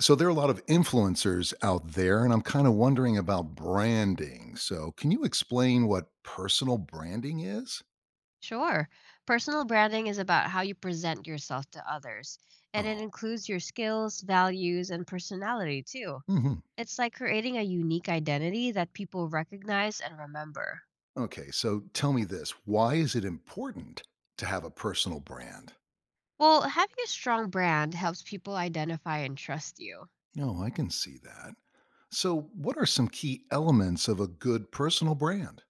So there are a lot of influencers out there, and I'm kind of wondering about branding. So can you explain what personal branding is? Sure. Personal branding is about how you present yourself to others, and it Oh, includes your skills, values, and personality too. hmm, It's like creating a unique identity that people recognize and remember. okay. So tell me this, why is it important to have a personal brand? Well, having a strong brand helps people identify and trust you. Oh, I can see that. So, what are some key elements of a good personal brand?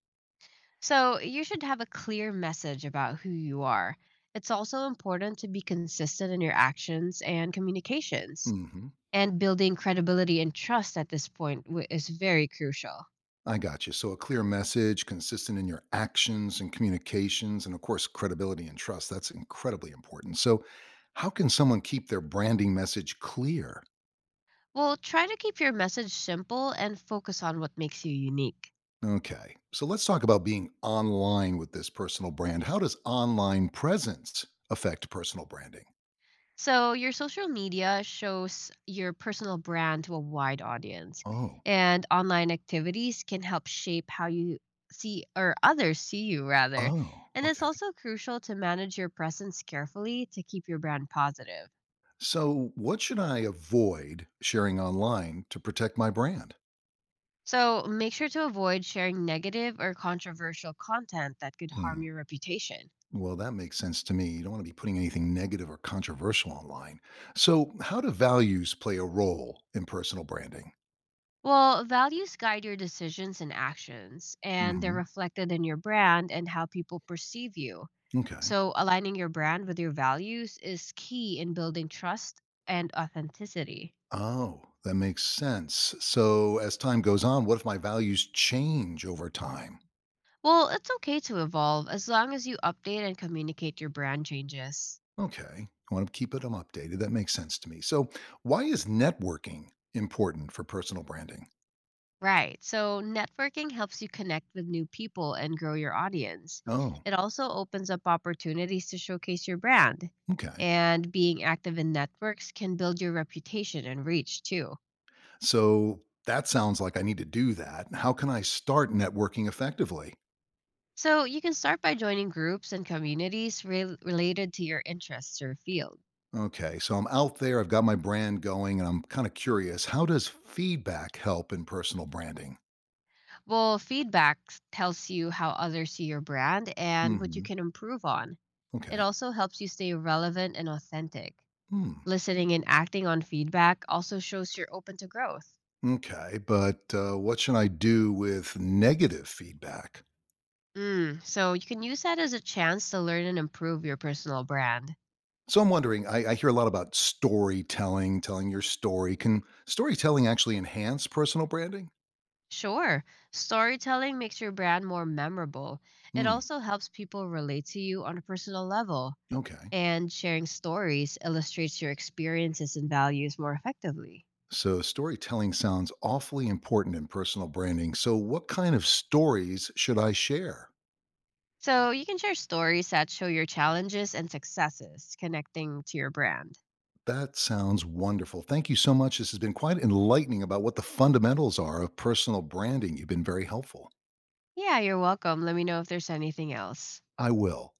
So, you should have a clear message about who you are. It's also important to be consistent in your actions and communications. Hmm. And building credibility and trust at this point is very crucial. I got you. So a clear message, consistent in your actions and communications, and of course, credibility and trust. That's incredibly important. So, how can someone keep their branding message clear? Well, try to keep your message simple and focus on what makes you unique. Okay. So let's talk about being online with this personal brand. How does online presence affect personal branding? So, your social media shows your personal brand to a wide audience, Oh, and online activities can help shape how you see, or others see you, rather. oh, And it's okay. also crucial to manage your presence carefully to keep your brand positive. So, what should I avoid sharing online to protect my brand? So, make sure to avoid sharing negative or controversial content that could harm Hmm. your reputation. Well, that makes sense to me. You don't want to be putting anything negative or controversial online. So, how do values play a role in personal branding? Well, values guide your decisions and actions, and they're Hmm. reflected in your brand and how people perceive you. Okay. So, aligning your brand with your values is key in building trust and authenticity. Oh, that makes sense. So, as time goes on, what if my values change over time? Well, it's okay to evolve as long as you update and communicate your brand changes. Okay. I want to keep it- them updated. That makes sense to me. So, why is networking important for personal branding? Right. So networking helps you connect with new people and grow your audience. Oh, It also opens up opportunities to showcase your brand. okay. And being active in networks can build your reputation and reach too. So, that sounds like I need to do that. How can I start networking effectively? So you can start by joining groups and communities related to your interests or field. Okay, so I'm out there, I've got my brand going, and I'm kind of curious. How does feedback help in personal branding? Well, feedback tells you how others see your brand and what you Hmm. can improve on. It Okay. also helps you stay relevant and authentic. Hmm. Listening and acting on feedback also shows you're open to growth. Okay, but what should I do with negative feedback? So you can use that as a chance to learn and improve your personal brand. So I'm wondering, I hear a lot about storytelling, telling your story. Can storytelling actually enhance personal branding? Sure, storytelling makes your brand more memorable. It Hmm. also helps people relate to you on a personal level, Okay. and sharing stories illustrates your experiences and values more effectively. So storytelling sounds awfully important in personal branding. So what kind of stories should I share? So you can share stories that show your challenges and successes connecting to your brand. That sounds wonderful. Thank you so much. This has been quite enlightening about what the fundamentals are of personal branding. You've been very helpful. Yeah, you're welcome. Let me know if there's anything else. I will.